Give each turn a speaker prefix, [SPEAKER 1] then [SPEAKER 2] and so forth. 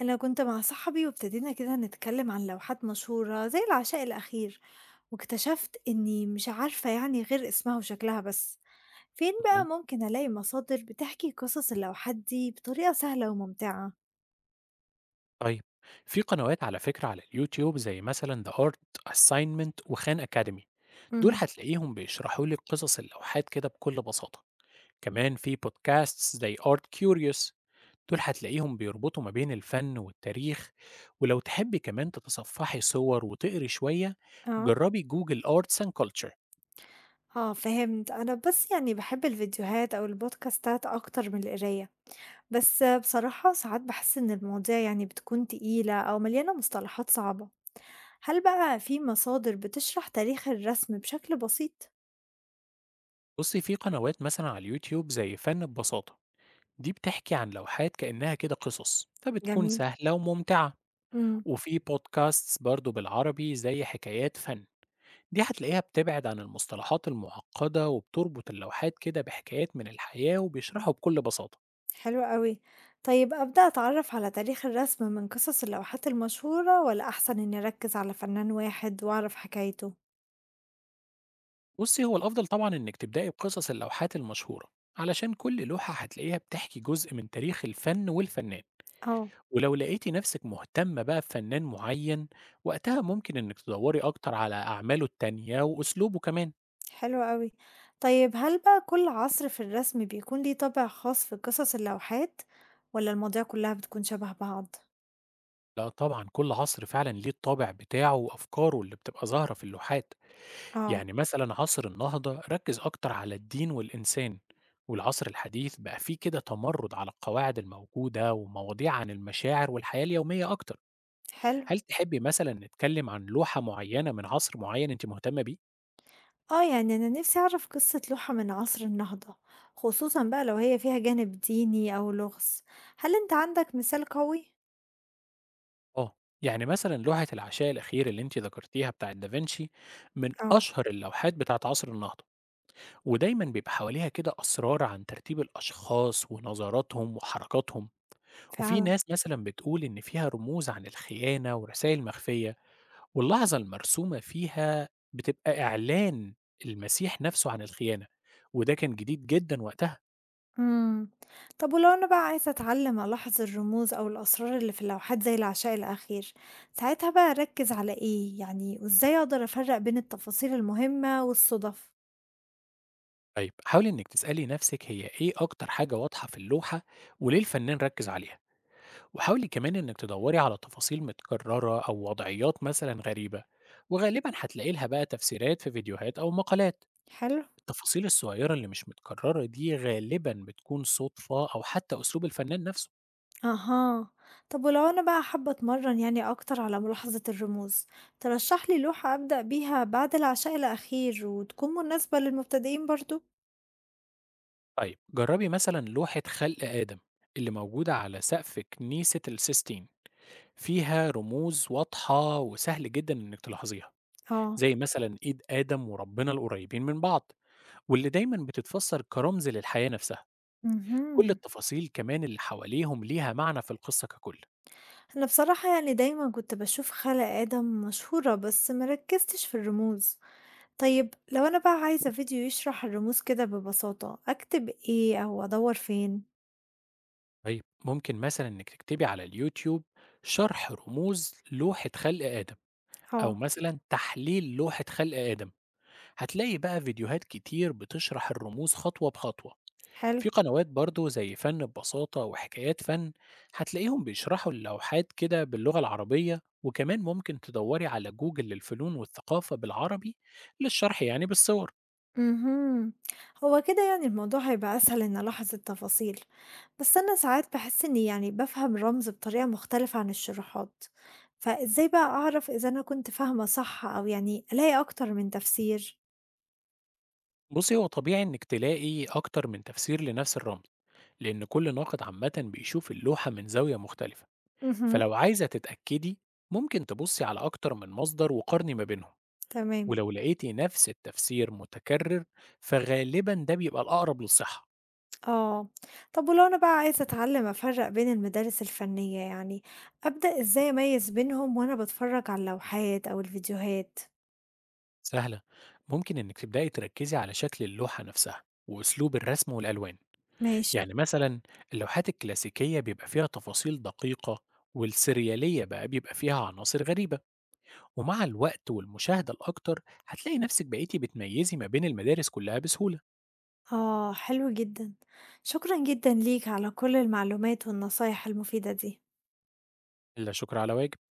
[SPEAKER 1] أنا كنت مع صاحبي وابتدينا كده نتكلم عن لوحات مشهورة زي العشاء الأخير، واكتشفت إني مش عارفة يعني غير اسمها وشكلها بس. فين بقى
[SPEAKER 2] اهم.
[SPEAKER 1] ممكن ألاقي مصادر بتحكي قصص اللوحات دي بطريقة سهلة وممتعة؟
[SPEAKER 2] طيب، في قنوات على فكرة على اليوتيوب زي مثلًا The Art Assignment وخان أكاديمي، دول
[SPEAKER 1] امم
[SPEAKER 2] هتلاقيهم بيشرحوا لِك قصص اللوحات كده بكل بساطة، كمان في بودكاستس زي Art Curious دول هتلاقيهم بيربطوا ما بين الفن والتاريخ، ولو تحبي كمان تتصفحي صور وتقري شوية
[SPEAKER 1] اه.
[SPEAKER 2] جربي جوجل Arts and Culture.
[SPEAKER 1] اه فهمت أنا بس يعني بحب الفيديوهات أو البودكاستات أكتر من القراية، بس بصراحة ساعات بحس إن المواضيع يعني بتكون تقيلة أو مليانة مصطلحات صعبة. هل بقى في مصادر بتشرح تاريخ الرسم بشكل بسيط؟
[SPEAKER 2] بُصي، في قنوات مثلًا على اليوتيوب زي فن ببساطة، دي بتحكي عن لوحات كأنها كده قصص، فبتكون
[SPEAKER 1] جميل.
[SPEAKER 2] سهلة وممتعة.
[SPEAKER 1] إمم،
[SPEAKER 2] وفي بودكاستس برضه بالعربي زي حكايات فن، دي هتلاقيها بتبعد عن المصطلحات المعقدة وبتربط اللوحات كده بحكايات من الحياة وبيشرحوا بكل بساطة.
[SPEAKER 1] حلو أوي. طيب أبدأ أتعرّف على تاريخ الرسم من قصص اللوحات المشهورة والّا أحسن إني أركّز على فنان واحد وأعرف حكايته؟
[SPEAKER 2] بصي، هو الأفضل طبعا إنك تبدأي بقصص اللوحات المشهورة، علشان كل لوحة هتلاقيها بتحكي جزء من تاريخ الفن والفنان.
[SPEAKER 1] آه،
[SPEAKER 2] ولو لقيتي نفسك مهتمة بقى بفنان معين، وقتها ممكن إنك تدوري أكتر على أعماله التانية وأسلوبه كمان.
[SPEAKER 1] حلو أوي. طيب هل بقى كل عصر في الرسم بيكون ليه طابع خاص في قصص اللوحات، والّا المواضيع كلّها بتكون شبه بعض؟
[SPEAKER 2] لا طبعا، كل عصر فعلا ليه الطابع بتاعه وأفكاره اللي بتبقى ظاهرة في اللوحات.
[SPEAKER 1] آه،
[SPEAKER 2] يعني مثلا عصر النهضة ركز أكتر على الدين والإنسان، والعصر الحديث بقى فيه كده تمرد على القواعد الموجودة ومواضيع عن المشاعر والحياة اليومية أكتر.
[SPEAKER 1] حلو.
[SPEAKER 2] هل تحبي مثلا نتكلم عن لوحة معينة من عصر معين أنت مهتمة بيه؟
[SPEAKER 1] آه، يعني أنا نِفْسي أعرف قصة لوحة من عصر النهضة، خصوصًا بقى لو هي فيها جانب ديني أو لغز. هل أنت عندك مثال قوي؟
[SPEAKER 2] آه. يعني مثلا لوحة العشاء الأخير اللي أنت ذكرتيها بتاعت دافنشي، من
[SPEAKER 1] آه،
[SPEAKER 2] أشهر اللوحات بتاعت عصر النهضة. ودايما بيبقى حواليها كده أسرار عن ترتيب الأشخاص ونظراتهم وحركاتهم. وفي
[SPEAKER 1] فعلًا.
[SPEAKER 2] ناس مثلًا بتقول إن فيها رموز عن الخيانة ورسايل مخفية، واللحظة المرسومة فيها بتبقى إعلان المسيح نفسه عن الخيانة، وده كان جديد جدًا وقتها.
[SPEAKER 1] إمم. طب ولو أنا بقى عايزة أتعلّم ألاحظ الرموز أو الأسرار اللي في اللوحات زي العشاء الأخير، ساعتها بقى أركّز على إيه يعني وإزاي أقدر أفرّق بين التفاصيل المهمة والصُدف؟
[SPEAKER 2] طيب، حاولي إنِك تسألي نفسِك هي إيه أكتر حاجة واضحة في اللوحة وليه الفنان ركز عليها، وحاولي كمان إنِك تدوري على تفاصيل متكررة أو وضعيات مثلًا غريبة، وغالبًا هتلاقي لها بقى تفسيرات في فيديوهات أو مقالات.
[SPEAKER 1] حلو.
[SPEAKER 2] التفاصيل الصغيرة اللي مش متكررة دي غالبًا بتكون صدفة أو حتى أسلوب الفنان نفسه.
[SPEAKER 1] أها. طب ولو أنا بقى حابة أتمرّن يعني أكتر على ملاحظة الرموز، ترشّح لي لوحة أبدأ بيها بعد العشاء الأخير وتكون مناسبة للمبتدئين برضه؟
[SPEAKER 2] طيب، جربي مثلا لوحة خلق آدم اللي موجودة على سقف كنيسة السيستين، فيها رموز واضحة وسهل جدا إنك تلاحظيها.
[SPEAKER 1] آه.
[SPEAKER 2] زي مثلا إيد آدم وربنا القريبين من بعض، واللي دايما بتتفسر كرمز للحياة نفسها. كل
[SPEAKER 1] اهم.
[SPEAKER 2] التفاصيل كمان اللي حواليهم ليها معنى في القصة ككل.
[SPEAKER 1] أنا بصراحة يعني دايمًا كنت باشوف خَلْق آدم مشهورة بس ما ركّزتش في الرموز. طيب لو أنا بقى عايزة فيديو يشرح الرموز كده ببساطة، أكتب إيه أو أدوّر فين؟
[SPEAKER 2] طيب، ممكن مثلا إنك تكتبي على اليوتيوب شرح رموز لوحة خلق آدم، أو
[SPEAKER 1] آه،
[SPEAKER 2] مثلا تحليل لوحة خلق آدم، هتلاقي بقى فيديوهات كتير بتشرح الرموز خطوة بخطوة.
[SPEAKER 1] حلو،
[SPEAKER 2] في قنوات برضو زي فن ببساطة وحكايات فن هتلاقيهم بيشرحوا اللوحات كده باللغة العربية، وكمان ممكن تدوري على جوجل للفنون والثقافة بالعربي للشرح يعني بالصور.
[SPEAKER 1] اهم، هو كده يعني الموضوع هيبقى أسهل إني ألاحظ التفاصيل، بس أنا ساعات باحس إني يعني بافهم الرمز بطريقة مختلفة عن الشروحات، فإزاي بقى أعرف إذا أنا كنت فاهمة صح أو يعني ألاقي أكتر من تفسير؟
[SPEAKER 2] بصي، هو طبيعي انك تلاقي اكتر من تفسير لنفس الرمز، لان كل ناقد عامة بيشوف اللوحة من زاوية مختلفة.
[SPEAKER 1] اهم،
[SPEAKER 2] فلو عايزة تتأكدي، ممكن تبصي على اكتر من مصدر وقارني ما بينهم.
[SPEAKER 1] تمام.
[SPEAKER 2] ولو لقيتي نفس التفسير متكرر، فغالبا ده بيبقى الأقرب للصحة.
[SPEAKER 1] آه، طب ولو أنا بقى عايزة أتعلم أفرّق بين المدارس الفنية يعني، أبدأ إزاي أميّز بينهم وأنا باتفرّج على اللوحات أو الفيديوهات؟
[SPEAKER 2] سهلة، ممكن إنك تبدأي تركزي على شكل اللوحة نفسها وأسلوب الرسم والألوان.
[SPEAKER 1] ماشي،
[SPEAKER 2] يعني مثلا اللوحات الكلاسيكية بيبقى فيها تفاصيل دقيقة، والسريالية بقى بيبقى فيها عناصر غريبة. ومع الوقت والمشاهدة الأكتر هتلاقي نفسك بقيتي بتميزي ما بين المدارس كلها بسهولة.
[SPEAKER 1] آه، حلو جدًا، شكرًا جدًا ليك على كل المعلومات والنصايح المفيدة دي.
[SPEAKER 2] لا شكر على واجب.